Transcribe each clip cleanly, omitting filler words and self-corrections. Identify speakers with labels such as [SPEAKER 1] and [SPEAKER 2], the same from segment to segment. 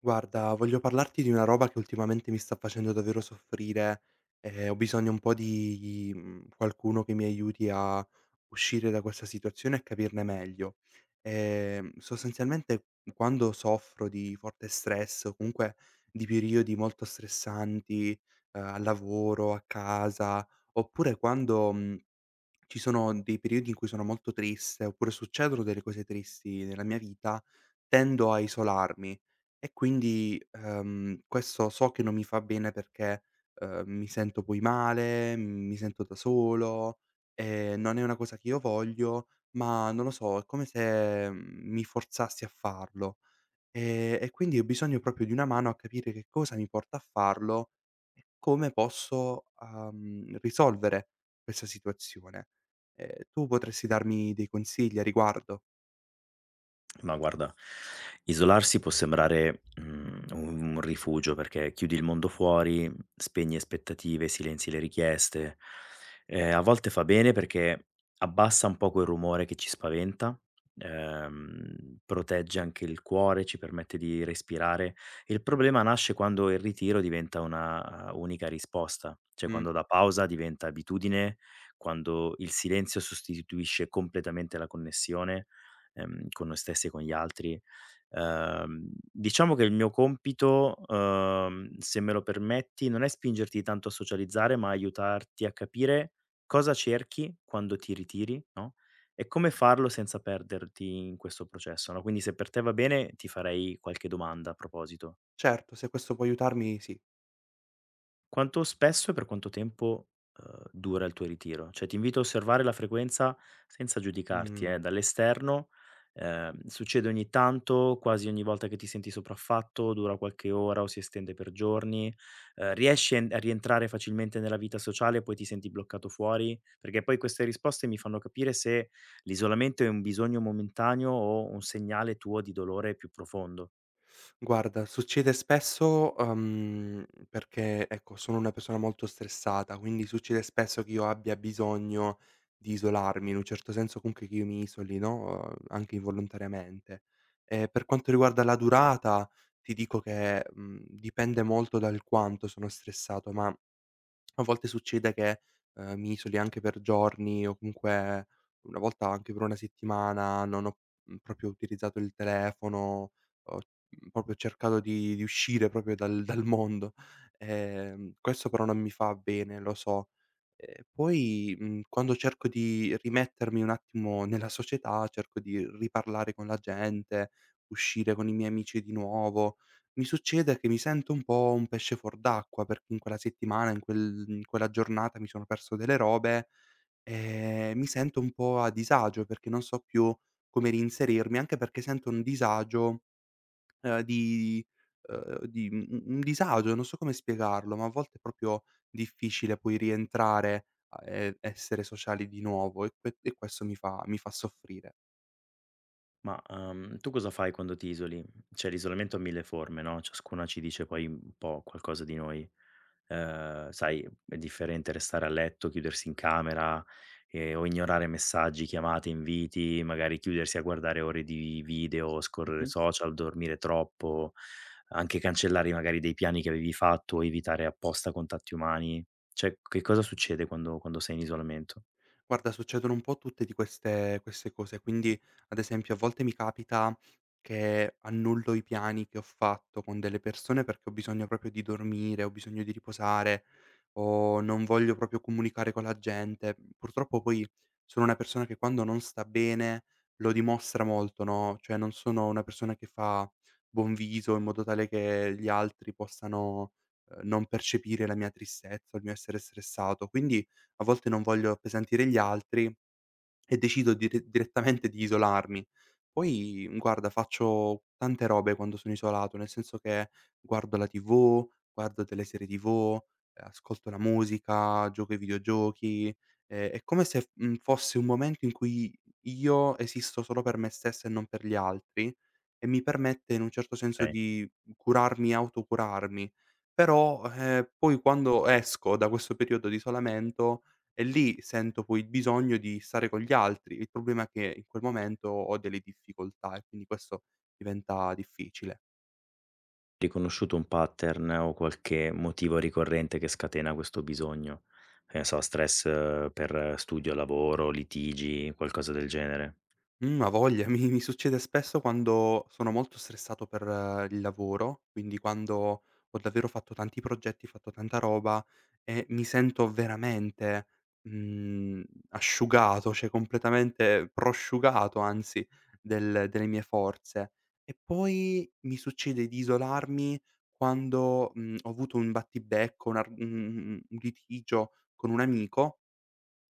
[SPEAKER 1] Guarda, voglio parlarti di una roba che ultimamente mi sta facendo davvero soffrire, e ho bisogno un po' di qualcuno che mi aiuti a uscire da questa situazione e capirne meglio. Sostanzialmente quando soffro di forte stress o comunque di periodi molto stressanti, al lavoro, a casa, oppure quando, mhmm ci sono dei periodi in cui sono molto triste, oppure succedono delle cose tristi nella mia vita, tendo a isolarmi e quindi questo so che non mi fa bene perché, mi sento poi male, mi sento da solo, non è una cosa che io voglio, ma non lo so, è come se mi forzassi a farlo. E quindi ho bisogno proprio di una mano a capire che cosa mi porta a farlo e come posso risolvere questa situazione. Tu potresti darmi dei consigli a riguardo?
[SPEAKER 2] Ma guarda, isolarsi può sembrare, un rifugio perché chiudi il mondo fuori, spegni aspettative, silenzi le richieste. A volte fa bene perché abbassa un po' quel rumore che ci spaventa, protegge anche il cuore, ci permette di respirare. Il problema nasce quando il ritiro diventa una unica risposta, cioè
[SPEAKER 1] Mh.
[SPEAKER 2] quando la pausa diventa abitudine, quando il silenzio sostituisce completamente la connessione con noi stessi e con gli altri. Diciamo che il mio compito, se me lo permetti, non è spingerti tanto a socializzare, ma aiutarti a capire cosa cerchi quando ti ritiri, no, e come farlo senza perderti in questo processo, no, quindi se per te va bene, ti farei qualche domanda a proposito.
[SPEAKER 1] Certo, se questo può aiutarmi sì.
[SPEAKER 2] Quanto spesso e per quanto tempo, dura il tuo ritiro? Cioè, ti invito a osservare la frequenza senza giudicarti,
[SPEAKER 1] Mh.
[SPEAKER 2] dall'esterno. Succede ogni tanto, quasi ogni volta che ti senti sopraffatto, dura qualche ora o si estende per giorni? Riesci a rientrare facilmente nella vita sociale e poi ti senti bloccato fuori? Perché poi queste risposte mi fanno capire se l'isolamento è un bisogno momentaneo o un segnale tuo di dolore più profondo.
[SPEAKER 1] Guarda, succede spesso, perché ecco, sono una persona molto stressata, quindi succede spesso che io abbia bisogno di isolarmi, in un certo senso comunque che io mi isoli, no, anche involontariamente. Per quanto riguarda la durata, ti dico che dipende molto dal quanto sono stressato, ma a volte succede che mi isoli anche per giorni o comunque una volta anche per una settimana non ho proprio utilizzato il telefono, ho proprio cercato di uscire proprio dal mondo. Questo però non mi fa bene, lo so. Poi, quando cerco di rimettermi un attimo nella società, cerco di riparlare con la gente, uscire con i miei amici di nuovo, mi succede che mi sento un po' un pesce fuor d'acqua, perché in quella settimana, in quella giornata mi sono perso delle robe e mi sento un po' a disagio perché non so più come reinserirmi, anche perché sento un disagio, ehm, di ehm, di un disagio, non so come spiegarlo, ma a volte è proprio difficile poi rientrare a e essere sociali di nuovo e que e questo mi fa soffrire.
[SPEAKER 2] Ma, tu cosa fai quando ti isoli? Cioè l'isolamento ha mille forme, no, ciascuna ci dice poi un po' qualcosa di noi. Sai, è differente restare a letto, chiudersi in camera, o ignorare messaggi, chiamate, inviti, magari chiudersi a guardare ore di video, scorrere
[SPEAKER 1] Mh-mh.
[SPEAKER 2] social, dormire troppo, anche cancellare magari dei piani che avevi fatto o evitare apposta contatti umani. Cioè, che cosa succede quando sei in isolamento?
[SPEAKER 1] Guarda, succedono un po' tutte di queste cose, quindi ad esempio a volte mi capita che annullo i piani che ho fatto con delle persone perché ho bisogno proprio di dormire, ho bisogno di riposare o non voglio proprio comunicare con la gente. Purtroppo poi sono una persona che quando non sta bene lo dimostra molto, no, cioè non sono una persona che fa buon viso in modo tale che gli altri possano non percepire la mia tristezza o il mio essere stressato. Quindi a volte non voglio appesantire gli altri e decido direttamente di isolarmi. Poi, guarda, faccio tante robe quando sono isolato, nel senso che guardo la TV, guardo delle serie TV, ascolto la musica, gioco ai videogiochi. È come se fosse un momento in cui io esisto solo per me stesso e non per gli altri e mi permette in un certo senso di curarmi, autocurarmi. Però, poi quando esco da questo periodo di isolamento, e lì sento poi il bisogno di stare con gli altri. Il problema è che in quel momento ho delle difficoltà e quindi questo diventa difficile.
[SPEAKER 2] Riconosciuto un pattern o qualche motivo ricorrente che scatena questo bisogno? Che ne so, stress per studio, lavoro, litigi, qualcosa del genere?
[SPEAKER 1] Mhmm, a voglia. Mi succede spesso quando sono molto stressato per il lavoro, quindi quando ho davvero fatto tanti progetti, fatto tanta roba e mi sento veramente, mhmm, asciugato, cioè completamente prosciugato anzi delle mie forze. E poi mi succede di isolarmi quando ho avuto un battibecco, un litigio con un amico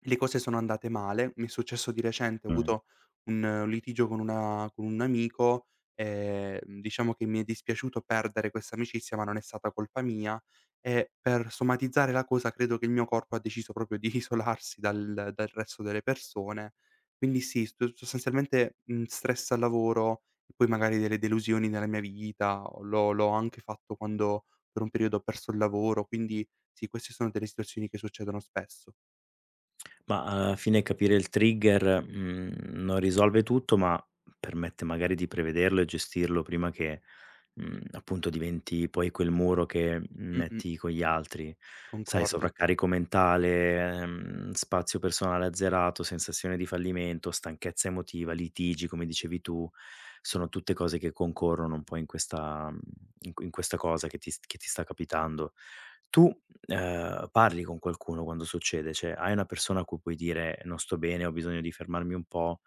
[SPEAKER 1] le cose sono andate male, mi è successo di recente, ho
[SPEAKER 2] Mh.
[SPEAKER 1] avuto un litigio con un amico, diciamo che mi è dispiaciuto perdere questa amicizia, ma non è stata colpa mia e per somatizzare la cosa credo che il mio corpo ha deciso proprio di isolarsi dal resto delle persone. Quindi sì, sto sostanzialmente, stress al lavoro e poi magari delle delusioni nella mia vita, o l'ho anche fatto quando per un periodo ho perso il lavoro, quindi sì, queste sono delle situazioni che succedono spesso.
[SPEAKER 2] Ma alla fine capire il trigger, non risolve tutto, ma permette magari di prevederlo e gestirlo prima che appunto diventi poi quel muro che
[SPEAKER 1] Mh-mh.
[SPEAKER 2] metti con gli altri. Sai,
[SPEAKER 1] Concordo.
[SPEAKER 2] sovraccarico mentale, spazio personale azzerato, sensazione di fallimento, stanchezza emotiva, litigi, come dicevi tu, sono tutte cose che concorrono un po' in questa in questa cosa che ti st che ti sta capitando. Tu, parli con qualcuno quando succede? Cioè, hai una persona a cui puoi dire: "Non sto bene, ho bisogno di fermarmi un po'."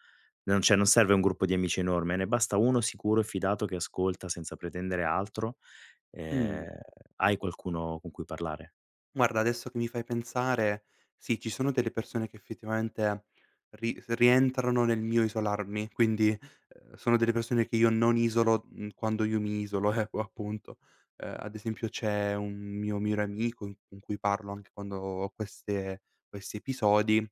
[SPEAKER 2] Non serve un gruppo di amici enorme, ne basta uno sicuro e fidato che ascolta senza pretendere altro, ehm,
[SPEAKER 1] Mh.
[SPEAKER 2] hai qualcuno con cui parlare.
[SPEAKER 1] Guarda, adesso che mi fai pensare, sì, ci sono delle persone che effettivamente ri rientrano nel mio isolarmi, quindi sono delle persone che io non isolo, quando io mi isolo, ecco, appunto. Ad esempio c'è un mio migliore amico in con cui parlo anche quando ho queste questi episodi.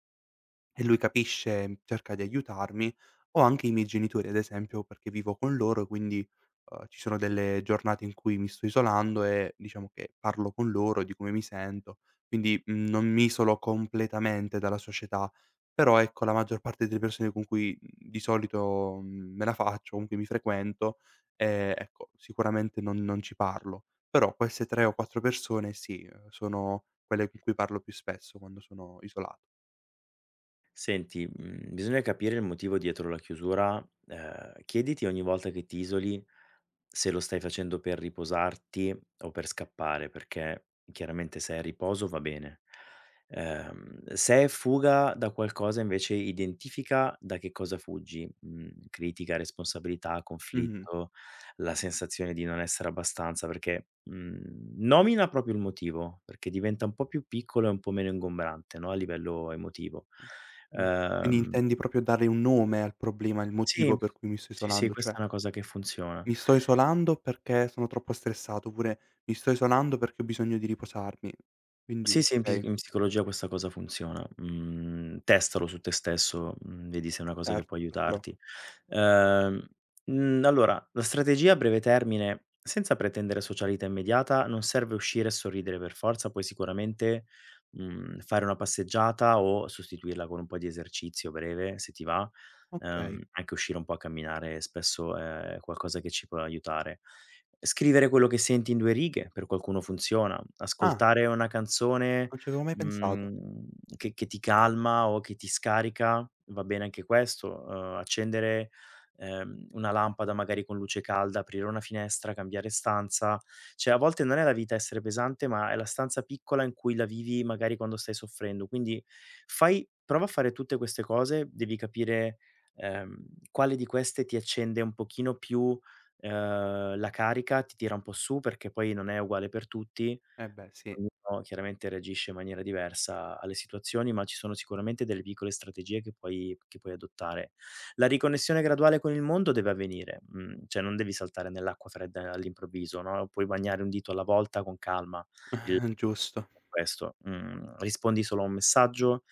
[SPEAKER 1] E lui capisce, cerca di aiutarmi, o anche i miei genitori ad esempio, perché vivo con loro, quindi, ci sono delle giornate in cui mi sto isolando e diciamo che parlo con loro di come mi sento, quindi, non mi isolo completamente dalla società, però ecco la maggior parte delle persone con cui, di solito, me la faccio, comunque mi frequento, ecco sicuramente non ci parlo. Però queste 3 o 4 persone sì, sono quelle con cui parlo più spesso quando sono isolato.
[SPEAKER 2] Senti, bisogna capire il motivo dietro la chiusura, chiediti ogni volta che ti isoli se lo stai facendo per riposarti o per scappare, perché chiaramente se è riposo va bene. Se è fuga da qualcosa invece identifica da che cosa fuggi, critica, responsabilità,
[SPEAKER 1] Mh-mh.
[SPEAKER 2] conflitto, la sensazione di non essere abbastanza perché, nomina proprio il motivo, perché diventa un po' più piccolo e un po' meno ingombrante, no, a livello emotivo.
[SPEAKER 1] Mh. Quindi
[SPEAKER 2] Ehm
[SPEAKER 1] intendi proprio dare un nome al problema, il
[SPEAKER 2] sì,
[SPEAKER 1] motivo per cui mi sto
[SPEAKER 2] sì, sì,
[SPEAKER 1] isolando, cioè:
[SPEAKER 2] questa è una cosa che funziona.
[SPEAKER 1] "Mi sto isolando perché sono troppo stressato", oppure: "Mi sto isolando perché ho bisogno di riposarmi". Quindi
[SPEAKER 2] Sì, sì, in pi
[SPEAKER 1] okay,
[SPEAKER 2] in psicologia questa cosa funziona. Mhmm, Testalo su te stesso, vedi se è una cosa che può
[SPEAKER 1] certo, lo farò.
[SPEAKER 2] aiutarti. Ehm, allora, la strategia a breve termine, senza pretendere socialità immediata, non serve uscire e sorridere per forza, puoi sicuramente, fare una passeggiata o sostituirla con un po' di esercizio breve, se ti va.
[SPEAKER 1] Okay.
[SPEAKER 2] Anche uscire un po' a camminare spesso è qualcosa che ci può aiutare. Scrivere quello che senti in 2 righe per qualcuno funziona,
[SPEAKER 1] Ah,
[SPEAKER 2] ascoltare una canzone,
[SPEAKER 1] non ci avevo mai pensato.
[SPEAKER 2] mhmm, che ti calma o che ti scarica, va bene anche questo, accendere, una lampada magari con luce calda, aprire una finestra, cambiare stanza. Cioè a volte non è la vita essere pesante, ma è la stanza piccola in cui la vivi magari quando stai soffrendo. Quindi fai prova a fare tutte queste cose, devi capire, ehm, quale di queste ti accende un pochino più la carica ti tira un po' su perché poi non è uguale per tutti,
[SPEAKER 1] Eh beh, sì,
[SPEAKER 2] ognuno chiaramente reagisce in maniera diversa alle situazioni, ma ci sono sicuramente delle piccole strategie che puoi adottare. La riconnessione graduale con il mondo deve avvenire, cioè non devi saltare nell'acqua fredda all'improvviso, no, puoi bagnare un dito alla volta con calma il
[SPEAKER 1] giusto.
[SPEAKER 2] questo, rispondi solo a un messaggio,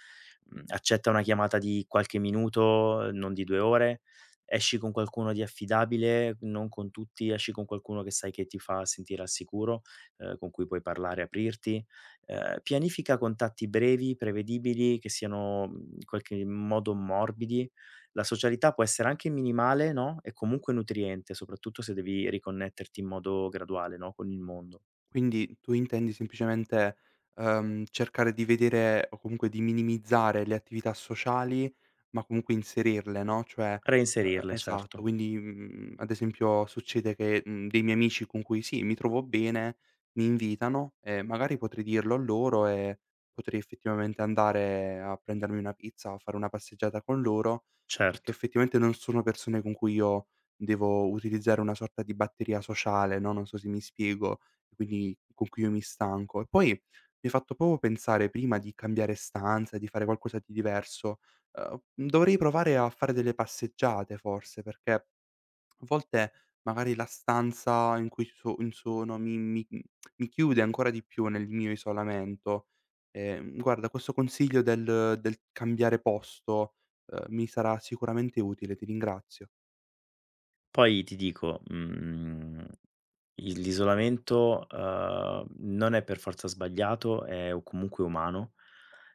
[SPEAKER 2] accetta una chiamata di qualche minuto, non di 2 ore, esci con qualcuno di affidabile, non con tutti, esci con qualcuno che sai che ti fa sentire al sicuro, con cui puoi parlare, aprirti. Pianifica contatti brevi, prevedibili, che siano, in qualche modo morbidi. La socialità può essere anche minimale, no, e comunque nutriente, soprattutto se devi riconnetterti in modo graduale, no, con il mondo.
[SPEAKER 1] Quindi tu intendi semplicemente, cercare di vedere o comunque di minimizzare le attività sociali, ma comunque inserirle, no, cioè
[SPEAKER 2] Reinserirle, certo,
[SPEAKER 1] esatto, quindi, ad esempio succede che, dei miei amici con cui sì, mi trovo bene, mi invitano e magari potrei dirlo a loro e potrei effettivamente andare a prendermi una pizza o fare una passeggiata con loro, perché
[SPEAKER 2] certo.
[SPEAKER 1] effettivamente non sono persone con cui io devo utilizzare una sorta di batteria sociale, no, non so se mi spiego. Quindi con cui io mi stanco. E poi mi hai fatto proprio pensare prima di cambiare stanza, di fare qualcosa di diverso. Uhm, Dovrei provare a fare delle passeggiate forse, perché a volte magari la stanza in cui so in sono mi chiude ancora di più nel mio isolamento. Guarda questo consiglio del cambiare posto, mi sarà sicuramente utile, ti ringrazio.
[SPEAKER 2] Poi ti dico, il l'isolamento, non è per forza sbagliato, è o comunque umano,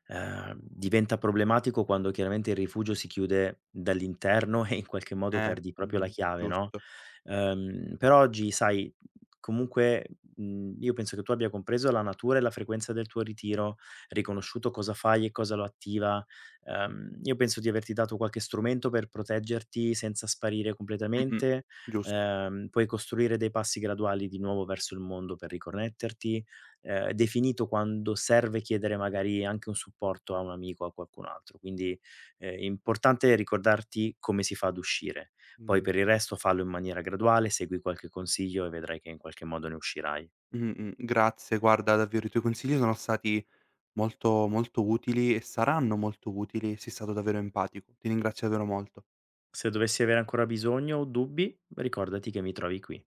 [SPEAKER 2] diventa problematico quando chiaramente il rifugio si chiude dall'interno e in qualche modo perdi proprio la
[SPEAKER 1] Mh-mh,
[SPEAKER 2] chiave, no,
[SPEAKER 1] giusto.
[SPEAKER 2] però oggi sai, comunque, io penso che tu abbia compreso la natura e la frequenza del tuo ritiro, riconosciuto cosa fai e cosa lo attiva. Io penso di averti dato qualche strumento per proteggerti senza sparire
[SPEAKER 1] Mh-mh,
[SPEAKER 2] completamente,
[SPEAKER 1] giusto.
[SPEAKER 2] puoi costruire dei passi graduali di nuovo verso il mondo per riconnetterti, definito quando serve chiedere magari anche un supporto a un amico o a qualcun altro. Quindi, importante ricordarti come si fa ad uscire. Poi
[SPEAKER 1] Mh.
[SPEAKER 2] per il resto fallo in maniera graduale, segui qualche consiglio e vedrai che in qualche modo ne uscirai.
[SPEAKER 1] Mh-mh. Grazie, guarda davvero i tuoi consigli sono stati molto, molto utili e saranno molto utili, sei stato davvero empatico. Ti ringrazio davvero molto.
[SPEAKER 2] Se dovessi avere ancora bisogno o dubbi, ricordati che mi trovi qui.